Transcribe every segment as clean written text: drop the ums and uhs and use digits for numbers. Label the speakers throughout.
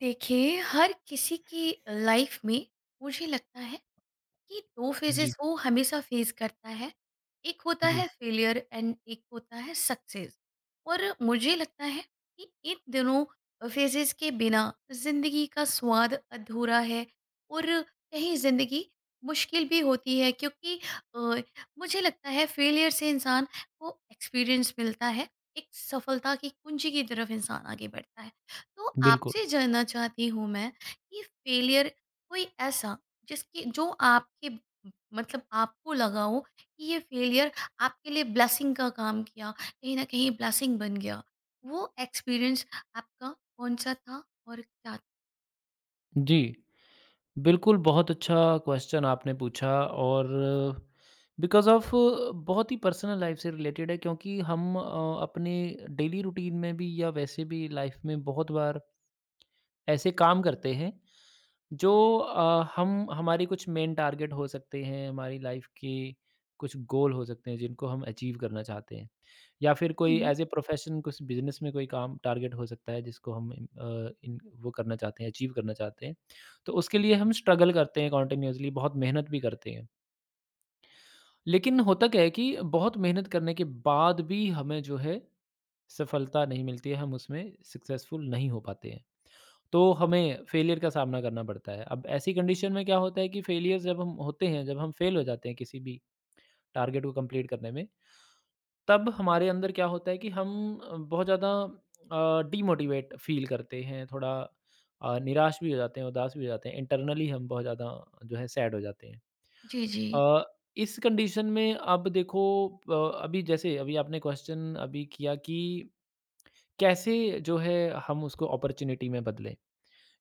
Speaker 1: देखिए, हर किसी की लाइफ में मुझे लगता है ये 2
Speaker 2: जी,
Speaker 1: फेजेस वो हमेशा फेस करता है। एक होता
Speaker 2: जी,
Speaker 1: है फेलियर एंड एक होता है सक्सेस। और मुझे लगता है कि इन दोनों फेजेस के बिना ज़िंदगी का स्वाद अधूरा है और कहीं ज़िंदगी मुश्किल भी होती है क्योंकि अ, मुझे लगता है फेलियर से इंसान को एक्सपीरियंस मिलता है। एक सफलता की कुंजी की तरफ इंसान आगे बढ़ता है। तो
Speaker 2: बिल्कुल।
Speaker 1: आपसे जानना चाहती हूँ मैं कि फेलियर कोई ऐसा जिसकी जो आपके मतलब आपको लगा हो कि ये फेलियर आपके लिए ब्लेसिंग का काम किया, कहीं ना कहीं ब्लेसिंग बन गया, वो एक्सपीरियंस आपका कौन सा था और क्या था।
Speaker 2: जी, बिल्कुल, बहुत अच्छा क्वेश्चन आपने पूछा और बिकॉज़ ऑफ़ बहुत ही पर्सनल लाइफ़ से रिलेटेड है क्योंकि हम अपने डेली रूटीन में भी या वैसे भी लाइफ़ में बहुत बार ऐसे काम करते हैं जो हम हमारी कुछ मेन टारगेट हो सकते हैं, हमारी लाइफ़ के कुछ गोल हो सकते हैं जिनको हम अचीव करना चाहते हैं। या फिर कोई
Speaker 1: हम्म।
Speaker 2: एज़ ए प्रोफ़ेशन कुछ बिज़नेस में कोई काम टारगेट हो सकता है जिसको हम इन वो करना चाहते हैं, अचीव करना चाहते हैं। तो उसके लिए हम स्ट्रगल करते हैं कंटीन्यूअसली, बहुत मेहनत भी करते हैं। लेकिन होता क्या है कि बहुत मेहनत करने के बाद भी हमें जो है सफलता नहीं मिलती है, हम उसमें सक्सेसफुल नहीं हो पाते हैं। तो हमें फेलियर का सामना करना पड़ता है। अब ऐसी कंडीशन में क्या होता है कि फेलियर जब हम होते हैं, जब हम फेल हो जाते हैं किसी भी टारगेट को कंप्लीट करने में, तब हमारे अंदर क्या होता है कि हम बहुत ज़्यादा डिमोटिवेट फील करते हैं, थोड़ा निराश भी हो जाते हैं, उदास भी हो जाते हैं। इंटरनली हम बहुत ज़्यादा जो है सैड हो जाते हैं।
Speaker 1: जी, जी।
Speaker 2: अ, इस कंडीशन में अब देखो अ, अभी जैसे अभी आपने क्वेश्चन अभी किया कि कैसे जो है हम उसको अपॉर्च्युनिटी में बदलें?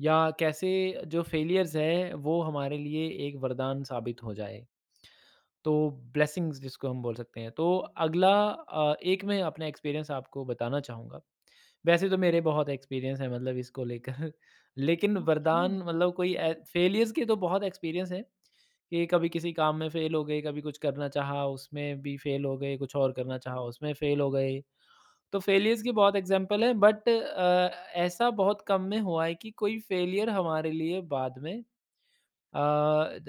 Speaker 2: या कैसे जो फेलियर्स है वो हमारे लिए एक वरदान साबित हो जाए। तो ब्लेसिंग्स जिसको हम बोल सकते हैं। तो अगला एक मैं अपना एक्सपीरियंस आपको बताना चाहूँगा। वैसे तो मेरे बहुत एक्सपीरियंस हैं मतलब इसको लेकर। लेकिन
Speaker 1: ओके।
Speaker 2: वरदान मतलब कोई ए फेलियर्स के तो बहुत एक्सपीरियंस हैं कि कभी किसी काम में फेल हो गए, कभी कुछ करना चाहा उसमें भी फेल हो गए, कुछ और करना चाहा उसमें फेल हो गए। तो फेलियर्स के बहुत एग्ज़ाम्पल हैं बट ऐसा बहुत कम में हुआ है कि कोई फेलियर हमारे लिए बाद में अ,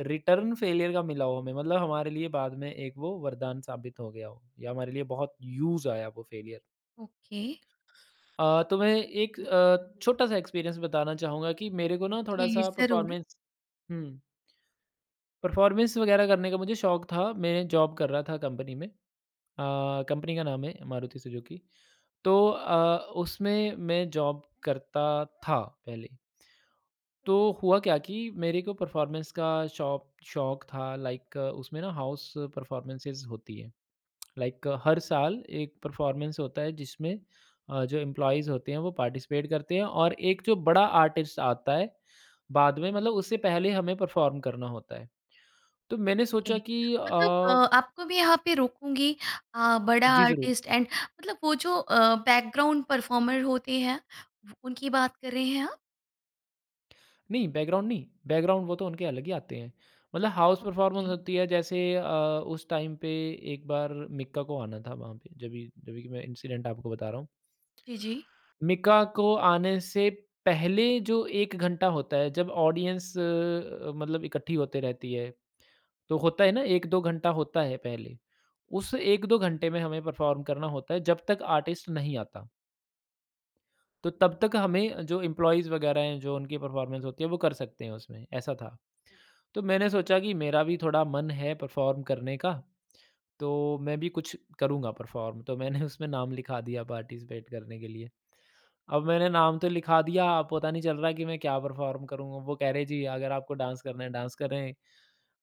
Speaker 2: रिटर्न फेलियर का मिला हो हमें मतलब हमारे लिए बाद में एक वो वरदान साबित हो गया हो या हमारे लिए बहुत यूज़ आया वो फेलियर।
Speaker 1: ओके।
Speaker 2: तो मैं एक छोटा-सा एक्सपीरियंस बताना चाहूँगा कि मेरे को ना
Speaker 1: जी,
Speaker 2: थोड़ा-सा
Speaker 1: जरूर
Speaker 2: हुँ, परफ़ॉर्मेंस वगैरह करने का मुझे शौक था। मैं जॉब कर रहा था कंपनी में। कंपनी का नाम है मारुति सुजुकी। तो उसमें मैं जॉब करता था पहले। तो हुआ क्या कि मेरे को परफ़ॉर्मेंस का शौक शौक था लाइक उसमें ना हाउस परफ़ॉर्मेंसेस होती हैं। लाइक हर साल एक परफ़ॉर्मेंस होता है जिसमें जो एम्प्लॉयीज़ होते हैं वो पार्टिसिपेट करते हैं और एक जो बड़ा आर्टिस्ट आता है बाद में मतलब उससे पहले हमें परफ़ॉर्म करना होता है। तो मैंने
Speaker 1: ओके,
Speaker 2: सोचा कि
Speaker 1: मतलब आपको भी यहाँ पे रोकूंगी। बड़ा
Speaker 2: जी ज़रूर।
Speaker 1: आर्टिस्ट एंड मतलब वो जो बैकग्राउंड परफॉर्मर होते हैं, उनकी बात कर रहे हैं आप।
Speaker 2: नहीं, बैकग्राउंड नहीं, बैकग्राउंड वो तो उनके अलग ही आते हैं। मतलब हाउस
Speaker 1: ओके।
Speaker 2: परफ़ॉर्मेंस होती है जैसे उस टाइम पे एक बार मिक्का को आना था वहाँ पे जभी जभी कि मैं इंसिडेंट आपको बता रहा हूँ।
Speaker 1: जी, जी।
Speaker 2: मिक्का को आने से पहले जो 1 घंटा होता है जब ऑडियंस मतलब इकट्ठी होते रहती है, तो होता है ना 1-2 घंटा होता है पहले। उस 1-2 घंटे में हमें परफ़ॉर्म करना होता है जब तक आर्टिस्ट नहीं आता। तो तब तक हमें जो एम्प्लॉइज़ वगैरह हैं जो उनकी परफ़ॉर्मेंस होती है वो कर सकते हैं उसमें, ऐसा था। तो मैंने सोचा कि मेरा भी थोड़ा मन है परफॉर्म करने का, तो मैं भी कुछ करूँगा परफॉर्म। तो मैंने उसमें नाम लिखा दिया पार्टिसिपेट करने के लिए। अब मैंने नाम तो लिखा दिया, अब पता नहीं चल रहा कि मैं क्या परफॉर्म करूँगा। वो कह रहे जी अगर आपको डांस करना है डांस करें,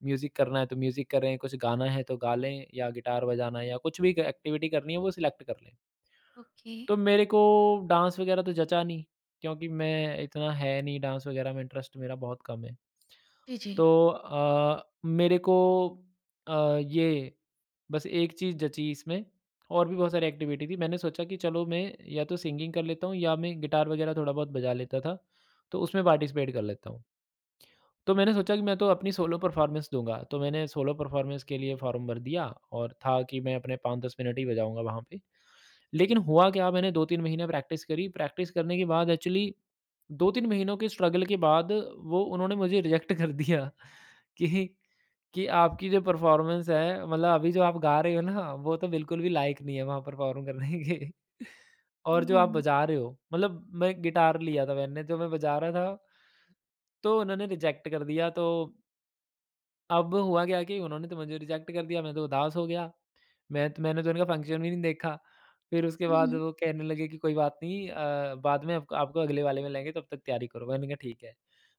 Speaker 2: म्यूज़िक करना है तो म्यूज़िक करें, कुछ गाना है तो गा लें या गिटार बजाना है या कुछ भी एक्टिविटी करनी है वो सिलेक्ट कर लें।
Speaker 1: ओके।
Speaker 2: तो मेरे को डांस वगैरह तो जचा नहीं, क्योंकि मैं इतना है नहीं डांस वगैरह में इंटरेस्ट मेरा बहुत कम है।
Speaker 1: जी, जी।
Speaker 2: तो मेरे को अ, ये बस एक चीज़ जची इसमें और भी बहुत सारी एक्टिविटी थी। मैंने सोचा कि चलो मैं या तो सिंगिंग कर लेता हूँ या मैं गिटार वगैरह थोड़ा बहुत बजा लेता था, तो उसमें पार्टिसिपेट कर लेता हूँ। तो मैंने सोचा कि मैं तो अपनी सोलो परफ़ॉर्मेंस दूँगा, तो मैंने सोलो परफ़ॉर्मेंस के लिए फ़ॉर्म भर दिया और था कि मैं अपने 5-10 मिनट ही बजाऊँगा वहाँ पे। लेकिन हुआ क्या मैंने 2-3 महीने प्रैक्टिस करी, प्रैक्टिस करने के बाद एक्चुअली 2-3 महीनों के स्ट्रगल के बाद वो उन्होंने मुझे रिजेक्ट कर दिया कि कि आपकी जो परफ़ॉर्मेंस है मतलब अभी जो आप गा रहे हो ना, वो तो बिल्कुल भी लायक नहीं है वहाँ परफ़ॉर्म करने के और जो
Speaker 1: ओहो।
Speaker 2: आप बजा रहे हो मतलब मैं गिटार लिया था मैंने, जो मैं बजा रहा था तो उन्होंने रिजेक्ट कर दिया तो अब हुआ क्या कि उन्होंने तो मुझे रिजेक्ट कर दिया मैं तो उदास हो गया। मैंने तो उनका फ़ंक्शन भी नहीं देखा। फ़िर उसके
Speaker 1: हुँ,
Speaker 2: बाद
Speaker 1: हुँ।
Speaker 2: वो कहने लगे कि कोई बात नहीं बाद में आपको आपको अगले वाले में लाएँगे तब तक तैयारी करो। मैंने कहा ठीक है।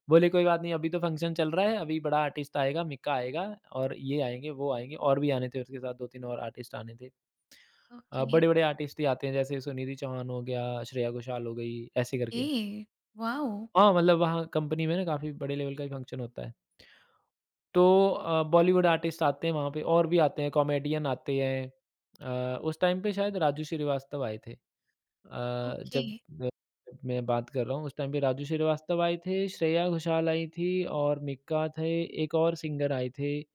Speaker 2: बोले कोई बात नहीं अभी तो फ़ंक्शन चल रहा है, अभी बड़ा आर्टिस्ट आएगा, मिक्का आएगा और ये आएँगे, वो आएँगे और भी आने थे उसके साथ 2-3 और आर्टिस्ट आने थे।
Speaker 1: ओके।
Speaker 2: बड़े-बड़े आर्टिस्ट ही आते हैं जैसे सुनिधि चौहान हो गया, श्रेया घोषाल हो गई ऐसे करके।
Speaker 1: ओके। वॉव!
Speaker 2: हाँ, मतलब वहाँ कंपनी में ना काफ़ी बड़े लेवल का ही फ़ंक्शन होता है। तो बॉलीवुड आर्टिस्ट आते हैं वहाँ पे और भी आते हैं, कॉमेडियन आते हैं। उस टाइम पे शायद राजू श्रीवास्तव आए थे। अ,
Speaker 1: ओके।
Speaker 2: जब जब मैं बात कर रहा हूँ उस टाइम पे राजू श्रीवास्तव आए थे, श्रेया घोषाल आई थी और मिक्का थे, एक और सिंगर आए थे।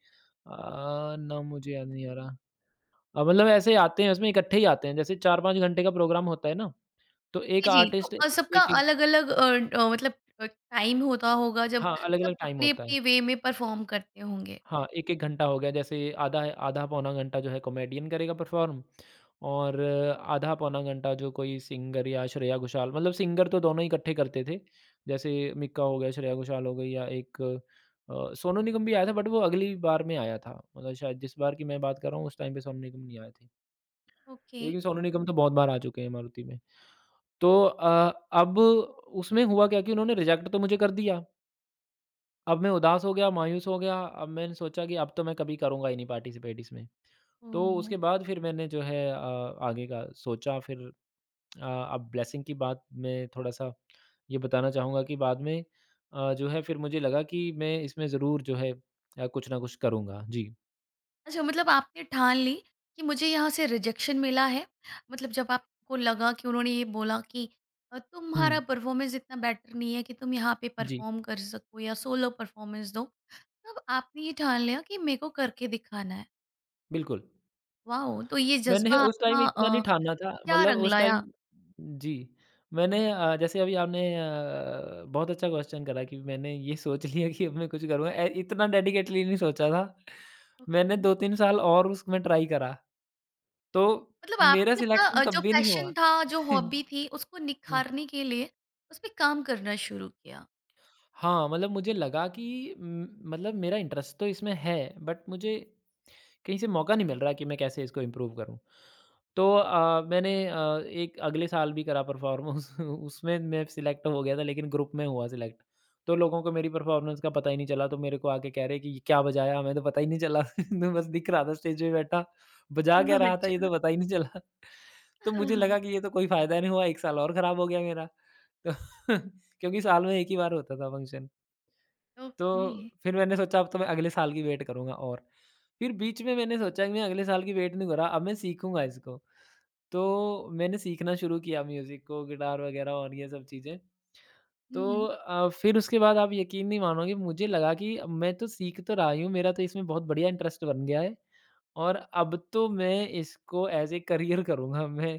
Speaker 2: नाम मुझे याद नहीं आ रहा। मतलब ऐसे आते हैं उसमें इकट्ठे ही आते हैं। जैसे 4-5 घंटे का प्रोग्राम होता है ना, तो एक
Speaker 1: जी, जी। तो
Speaker 2: आर्टिस्ट
Speaker 1: सबका
Speaker 2: एक-एक
Speaker 1: अलग-अलग मतलब टाइम होता होगा जब
Speaker 2: हाँ,
Speaker 1: सब
Speaker 2: अलग-अलग टाइम होता है।
Speaker 1: अपने-अपने वे में परफ़ॉर्म करते होंगे।
Speaker 2: हाँ, 1-1 घंटा हो गया जैसे आधा आधा पौना घंटा जो है कॉमेडियन करेगा परफ़ॉर्म और आधा पौना घंटा जो कोई सिंगर या श्रेया घोषाल मतलब सिंगर तो दोनों ही इकट्ठे करते थे। जैसे मिक्का हो गया, श्रेया घोषाल हो गई या एक सोनू निगम भी आया था बट वो अगली बार में आया था। मतलब शायद जिस बार की मैं बात कर रहा हूँ उस टाइम पे सोनू निगम नहीं आए थे।
Speaker 1: ओके।
Speaker 2: लेकिन सोनू निगम तो बहुत बार आ चुके हैं मारुति में। तो अब उसमें हुआ क्या कि उन्होंने रिजेक्ट तो मुझे कर दिया। अब मैं उदास हो गया, मायूस हो गया, अब मैंने सोचा कि अब तो मैं कभी करूँगा ही नहीं पार्टिसिपेट इसमें। तो
Speaker 1: ओह!
Speaker 2: उसके बाद फिर मैंने जो है आगे का सोचा फिर अ, अब ब्लेसिंग की बात मैं थोड़ा-सा ये बताना चाहूँगा कि बाद में जो है फिर मुझे लगा कि मैं इसमें ज़रूर जो है कुछ ना कुछ करूँगा। जी।
Speaker 1: अच्छा, मतलब आपने ठान ली कि मुझे यहाँ से रिजेक्शन मिला है। मतलब जब आपको लगा कि उन्होंने ये बोला कि तुम्हारा
Speaker 2: हुँ।
Speaker 1: परफ़ॉर्मेंस इतना बेटर नहीं है कि तुम यहाँ पे
Speaker 2: जी,
Speaker 1: परफ़ॉर्म कर सको या सोलो परफ़ॉर्मेंस दो। तब आपने ये ठान लिया कि मेरे को करके दिखाना है।
Speaker 2: बिल्कुल।
Speaker 1: वॉव! तो ये
Speaker 2: मैंने
Speaker 1: जज़्बा
Speaker 2: उस टाइम
Speaker 1: आपका
Speaker 2: इतना नहीं ठाना था
Speaker 1: क्या
Speaker 2: मतलब
Speaker 1: रंग
Speaker 2: उस
Speaker 1: लाया?
Speaker 2: टाइम जी, मैंने जैसे अभी आपने बहुत अच्छा क्वेश्चन करा कि मैंने ये सोच लिया कि अब मैं कुछ करूँगा इतना डेडिकेटली नहीं सोचा था। मैंने
Speaker 1: ओके,
Speaker 2: 2-3 साल और उसमें ट्राई करा, तो
Speaker 1: मतलब
Speaker 2: मेरा
Speaker 1: आपने अपना
Speaker 2: सिलेक्शन तब
Speaker 1: जो
Speaker 2: भी नहीं
Speaker 1: पैशन
Speaker 2: हुआ।
Speaker 1: था, जो हॉबी
Speaker 2: हुँ,
Speaker 1: थी, उसको निखारने के लिए उस पे काम करना शुरू किया।
Speaker 2: हाँ, मतलब मुझे लगा कि मतलब मेरा इंटरेस्ट तो इसमें है, बट मुझे कहीं से मौका नहीं मिल रहा कि मैं कैसे इसको इम्प्रूव करूँ। तो मैंने एक अगले साल भी करा परफ़ॉर्मेंस उसमें मैं सिलेक्ट हो गया था लेकिन ग्रुप में हुआ सिलेक्ट। तो लोगों को मेरी परफ़ॉर्मेंस का पता ही नहीं चला तो मेरे को आके कह रहे कि, "ये क्या बजाया? हमें तो पता ही नहीं चला।" मैं बस दिख रहा था स्टेज पे बैठा, बजा क्या
Speaker 1: ओह!
Speaker 2: रहा था ये
Speaker 1: अच्छा।
Speaker 2: तो पता ही नहीं चला।" तो
Speaker 1: हाँ,
Speaker 2: मुझे
Speaker 1: हाँ।
Speaker 2: लगा कि ये तो कोई फ़ायदा नहीं हुआ, 1 साल और ख़राब हो गया मेरा। तो क्योंकि साल में 1 ही बार होता था फंक्शन। तो
Speaker 1: ओके।
Speaker 2: फिर मैंने सोचा अब तो मैं अगले साल की वेट करूँगा और। फिर बीच में मैंने सोचा कि मैं अगले साल की वेट नहीं कर रहा, अब मैं सीखूँगा इसको। तो मैंने सीखना शुरू किया म्यूज़िक को, गिटार वगैरह और ये सब चीज़ें।
Speaker 1: हुँ,
Speaker 2: तो
Speaker 1: हुँ।
Speaker 2: फिर उसके बाद आप यकीन नहीं मानोगे मुझे लगा कि अब मैं तो सीख तो रहा ही हूँ, मेरा तो इसमें बहुत बढ़िया इंटरेस्ट बन गया है और अब तो मैं इसको ऐज़ ए करियर करूँगा मैं।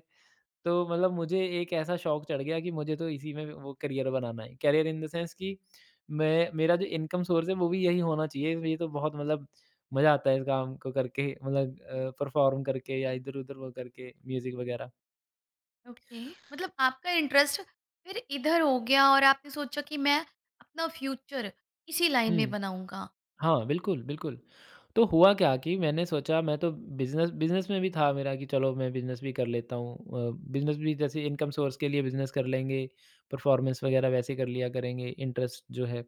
Speaker 2: तो मतलब मुझे एक ऐसा शौक चढ़ गया कि मुझे तो इसी में वो करियर बनाना है। करियर इन द सेंस कि मैं मेरा जो इनकम सोर्स है वो भी यही होना चाहिए। ये तो बहुत मतलब मज़ा आता है इस काम को करके मतलब परफ़ॉर्म करके या इधर-उधर वो करके म्यूज़िक वग़ैरह।
Speaker 1: ओके, मतलब आपका इंटरेस्ट फिर इधर हो गया और आपने सोचा कि मैं अपना फ्यूचर इसी लाइन में
Speaker 2: हुँ।
Speaker 1: बनाऊँगा।
Speaker 2: हाँ, बिल्कुल, बिल्कुल। तो हुआ क्या कि मैंने सोचा मैं तो बिज़नेस बिज़नेस में भी था मेरा कि चलो मैं बिज़नेस भी कर लेता हूँ। बिज़नेस भी जैसे इनकम सोर्स के लिए बिज़नेस कर लेंगे, परफ़ॉर्मेंस वग़ैरह वैसे कर लिया करेंगे, इंटरेस्ट जो है।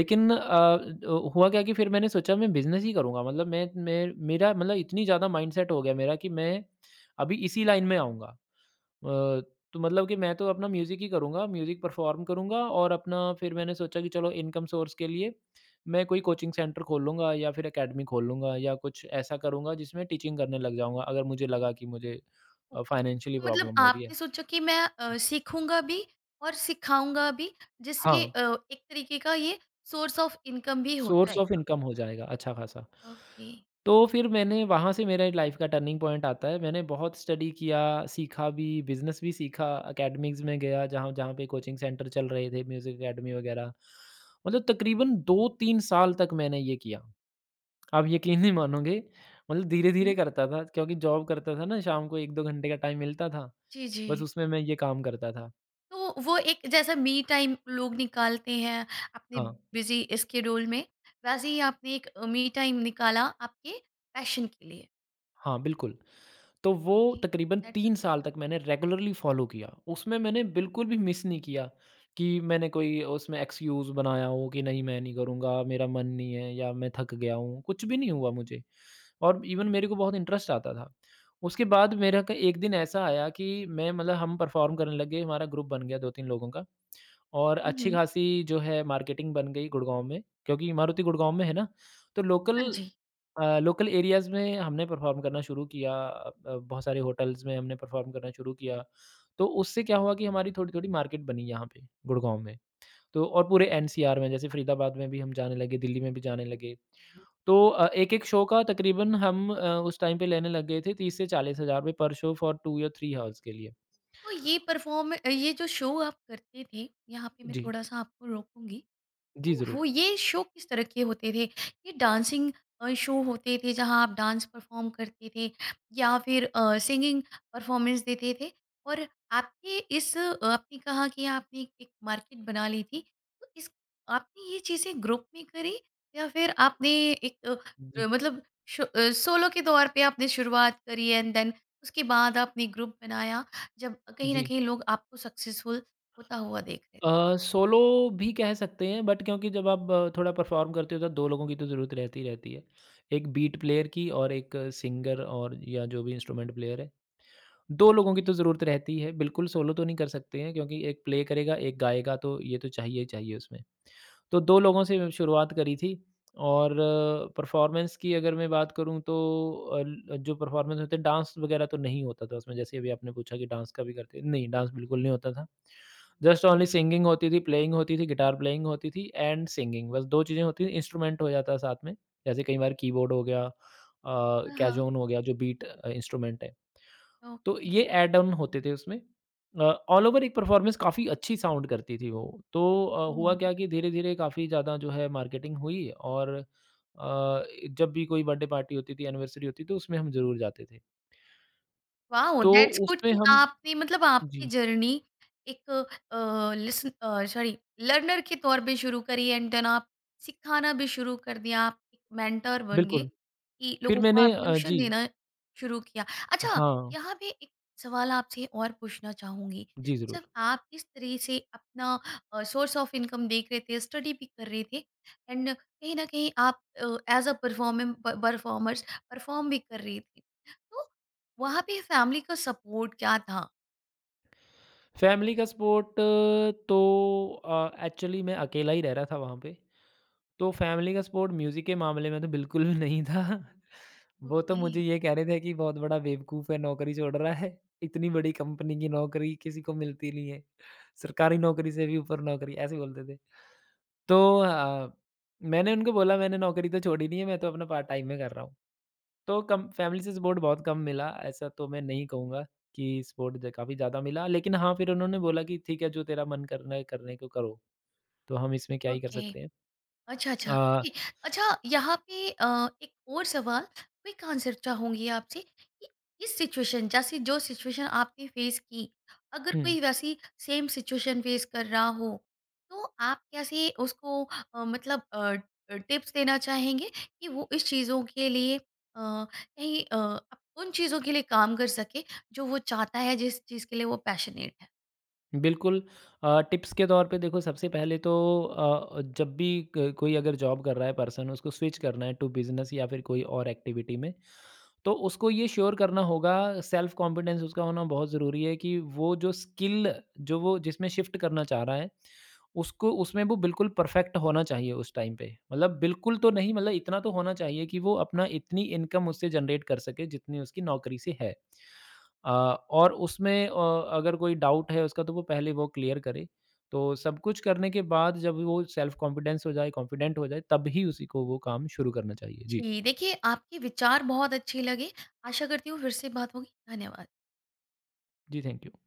Speaker 2: लेकिन अ, द हुआ क्या कि फिर मैंने सोचा मैं बिज़नेस ही करूँगा मतलब मैं मेरा मतलब इतनी ज़्यादा माइंडसेट हो गया मेरा कि मैं अभी इसी लाइन में आऊँगा। अ, तो मतलब कि मैं तो अपना म्यूज़िक ही करूँगा, म्यूज़िक परफ़ॉर्म करूँगा और अपना फिर मैंने सोचा कि चलो इनकम सोर्स के लिए मैं कोई कोचिंग सेंटर खोल लूँगा या फिर एकेडमी खोल लूँगा या कुछ ऐसा करूँगा जिसमें टीचिंग करने लग जाऊँगा, अगर मुझे लगा कि मुझे
Speaker 1: ओके,
Speaker 2: फ़ाइनेंशियली
Speaker 1: तो मतलब
Speaker 2: प्रॉब्लम हो रही
Speaker 1: आपने
Speaker 2: है।
Speaker 1: सोचा कि मैं सीखूंगा भी और सिखाऊंगा भी,
Speaker 2: हाँ।
Speaker 1: जिससे एक तरीके का ये सोर्स ऑफ इनकम भी हो
Speaker 2: सोर्स ऑफ
Speaker 1: जाएगा।
Speaker 2: इनकम हो जाएगा अच्छा खासा।
Speaker 1: ओके।
Speaker 2: तो फिर मैंने वहाँ से मेरे लाइफ़ का टर्निंग पॉइंट आता है। मैंने बहुत स्टडी किया, सीखा भी, बिज़नेस भी सीखा, एकेडमीज़ में गया जहाँ जहाँ पे कोचिंग सेंटर चल रहे थे, म्यूज़िक एकेडमी वगैरह। मतलब तकरीबन 2-3 साल तक मैंने ये किया। आप यकीन नहीं मानोगे मतलब
Speaker 1: हम्म।
Speaker 2: धीरे-धीरे करता था क्योंकि जॉब करता था ना शाम को 1-2 घंटे का टाइम मिलता था,
Speaker 1: जी, जी।
Speaker 2: बस उसमें मैं ये काम करता था।
Speaker 1: तो वो एक जैसा मी टाइम लोग निकालते हैं अपने
Speaker 2: हाँ।
Speaker 1: बिजी स्केड्यूल में, वैसे ही आपने एक मी टाइम निकाला आपके पैशन के लिए।
Speaker 2: हाँ, बिल्कुल। तो वो तकरीबन
Speaker 1: दैट्स
Speaker 2: 3
Speaker 1: गुड।
Speaker 2: साल तक मैंने रेगुलरली फ़ॉलो किया। उसमें मैंने बिल्कुल भी मिस नहीं किया कि मैंने कोई उसमें एक्सक्यूज़ बनाया हो कि नहीं मैं नहीं करूँगा, मेरा मन नहीं है या मैं थक गया हूँ, कुछ भी नहीं हुआ मुझे। और इवन मेरे को बहुत इंटरेस्ट आता था। उसके बाद मेरा क एक दिन ऐसा आया कि मैं मतलब हम परफ़ॉर्म करने लगे, हमारा ग्रुप बन गया 2-3 लोगों का और
Speaker 1: हम्म।
Speaker 2: अच्छी-खासी जो है मार्केटिंग बन गई गुड़गाँव में, क्योंकि मारुति गुड़गाँव में है ना, तो लोकल
Speaker 1: हाँ, जी।
Speaker 2: अ, लोकल एरियाज़ में हमने परफ़ॉर्म करना शुरू किया। बहुत सारे होटल्स में हमने परफ़ॉर्म करना शुरू किया। तो उससे क्या हुआ कि हमारी थोड़ी-थोड़ी मार्केट बनी यहाँ पे गुड़गाँव में। तो और पूरे एनसीआर में जैसे फ़रीदाबाद में भी हम जाने लगे, दिल्ली में भी जाने लगे। तो एक-एक शो का तकरीबन हम उस टाइम पे लेने लग गए थे 30 से 40 हज़ार रुपए पर शो फॉर 2 या 3 आवर्स के लिए।
Speaker 1: तो ये परफॉर्म, ये जो शो आप करते थे, यहाँ पे मैं
Speaker 2: जी।
Speaker 1: थोड़ा सा आपको रोकूंगी।
Speaker 2: जी,
Speaker 1: तो वो
Speaker 2: ज़रूर।
Speaker 1: ये शो किस तरह के होते थे? ये डांसिंग शो होते थे जहाँ आप डांस परफ़ॉर्म करते थे या फिर सिंगिंग परफ़ॉर्मेंस देते थे? और आपके इस आपने कहा कि आपने एक एक मार्केट बना ली थी, तो इस आपने ये चीज़ें ग्रुप में करी या फिर आपने एक
Speaker 2: जी।
Speaker 1: मतलब मतलब सोलो के तौर पे आपने शुरुआत करी एंड देन उसके बाद आपने ग्रुप बनाया, जब कहीं न
Speaker 2: जी।
Speaker 1: कहीं लोग आपको सक्सेसफुल होता हुआ देख रहे थे?
Speaker 2: सोलो भी कह सकते हैं बट क्योंकि जब आप थोड़ा परफॉर्म करते हो तो 2 लोगों की तो ज़रूरत रहती ही रहती है। एक बीट प्लेयर की और एक सिंगर और या जो भी इंस्ट्रूमेंट प्लेयर है, 2 लोगों की तो ज़रूरत रहती है। बिल्कुल सोलो तो नहीं कर सकते हैं क्योंकि एक प्ले करेगा, एक गाएगा तो ये तो चाहिए ही चाहिए उसमें। तो 2 लोगों से शुरुआत करी थी और परफ़ॉर्मेंस की अगर मैं बात करूँ तो अल जो परफ़ॉर्मेंस होते हैं डांस वगैरह तो नहीं होता था उसमें, जैसे अभी आपने पूछा कि डांस का भी करते नहीं, डांस बिल्कुल नहीं होता था। जस्ट ओनली सिंगिंग होती थी, प्लेइंग होती थी, गिटार प्लेइंग होती थी एंड सिंगिंग बस 2 चीज़ें होती थी, इंस्ट्रूमेंट हो जाता है साथ में, जैसे कई बार कीबोर्ड हो गया
Speaker 1: हाँ, हाँ।
Speaker 2: कैज़ोन हो गया जो बीट इंस्ट्रूमेंट है। तो
Speaker 1: ओके।
Speaker 2: ये ऐड ऑन होते थे उसमें। अ, ऑल ओवर एक परफ़ॉर्मेंस काफ़ी अच्छी साउंड करती थी वो। तो हुआ क्या
Speaker 1: ओह!
Speaker 2: कि धीरे-धीरे काफ़ी ज़्यादा जो है मार्केटिंग हुई और अ, जब भी कोई बर्थडे पार्टी होती थी, एनिवर्सरी होती थी, तो उसमें हम ज़रूर जाते थे।
Speaker 1: वाओ!
Speaker 2: तो
Speaker 1: दैट्स गुड
Speaker 2: उसमें
Speaker 1: कि
Speaker 2: हम
Speaker 1: आपने, मतलब आपकी
Speaker 2: जी,
Speaker 1: जर्नी एक सॉरी, लर्नर के तौर पे शुरू करी एंड देन आप सिखाना भी शुरू कर दिया, आप एक मेंटर बन गए
Speaker 2: बिल्कुल।
Speaker 1: कि लोगों को आप ट्यूशन
Speaker 2: जी,
Speaker 1: देना शुरू किया। अच्छा,
Speaker 2: हाँ,
Speaker 1: यहाँ पे एक सवाल आपसे और पूछना चाहूँगी,
Speaker 2: जी
Speaker 1: जब
Speaker 2: ज़रूर।
Speaker 1: आप इस तरह से अपना सोर्स ऑफ इनकम देख रहे थे, स्टडी भी कर रहे थे एंड कहीं न कहीं आप एज़ अ परफॉर्मेम प परफॉर्मर्स परफॉर्म भी कर रहे थे। तो वहाँ पे फैमिली का सपोर्ट क्या था?
Speaker 2: फैमिली का सपोर्ट तो एक्चुअली मैं अकेला ही रह रहा था वहाँ पे। तो फैमिली का सपोर्ट म्यूज़िक के मामले में तो बिल्कुल भी नहीं था। वो तो
Speaker 1: ओके।
Speaker 2: मुझे ये कह रहे थे कि बहुत बड़ा बेवकूफ़ है, नौकरी छोड़ रहा है। इतनी बड़ी कंपनी की नौकरी किसी को मिलती नहीं है। सरकारी नौकरी से भी ऊपर नौकरी ऐसे बोलते थे। तो मैंने उनको बोला मैंने नौकरी तो छोड़ी नहीं है, मैं तो अपना पार्ट टाइम में कर रहा हूँ। तो कम फैमिली से सपोर्ट बहुत कम मिला ऐसा तो मैं नहीं कहूँगा। कि सपोर्ट ज काफ़ी ज़्यादा मिला, लेकिन हाँ, फिर उन्होंने बोला कि ठीक है जो तेरा मन करना है करने को करो, तो हम इसमें क्या ही कर
Speaker 1: ओके।
Speaker 2: सकते हैं।
Speaker 1: अच्छा, अच्छा,
Speaker 2: अ,
Speaker 1: ओके। अच्छा, यहाँ पे एक और सवाल, क्विक आंसर चाहूँगी आपसे कि इस सिचुएशन, जैसे जो सिचुएशन आपने फेस की, अगर
Speaker 2: हुँ,
Speaker 1: कोई वैसी सेम सिचुएशन फेस कर रहा हो, तो आप कैसे उसको अ, मतलब अ, टिप्स देना चाहेंगे कि वो इस चीज़ों के लिए कहीं अ, उन चीज़ों के लिए काम कर सके, जो वो चाहता है, जिस चीज़ के लिए वो पैशनेट है?
Speaker 2: बिल्कुल। टिप्स के तौर पे देखो, सबसे पहले तो जब भी क कोई अगर जॉब कर रहा है पर्सन उसको स्विच करना है टू बिज़नेस या फिर कोई और एक्टिविटी में तो उसको ये श्योर करना होगा। सेल्फ कॉन्फिडेंस उसका होना बहुत ज़रूरी है कि वो जो स्किल जो वो जिसमें शिफ्ट करना चाह रहा है उसको उसमें वो बिल्कुल परफेक्ट होना चाहिए उस टाइम पे। मतलब बिल्कुल तो नहीं, मतलब इतना तो होना चाहिए कि वो अपना इतनी इनकम उससे जनरेट कर सके जितनी उसकी नौकरी से है। अ, और उसमें अगर कोई डाउट है उसका तो वो पहले वो क्लियर करे। तो सब कुछ करने के बाद जब वो सेल्फ कॉन्फिडेंस हो जाए कॉन्फिडेंट हो जाए तब ही उसी को वो काम शुरू करना चाहिए जी।
Speaker 1: जी, देखिए आपके विचार बहुत अच्छे लगे। आशा करती हूँ फिर से बात होगी। धन्यवाद।
Speaker 2: जी, थैंक यू।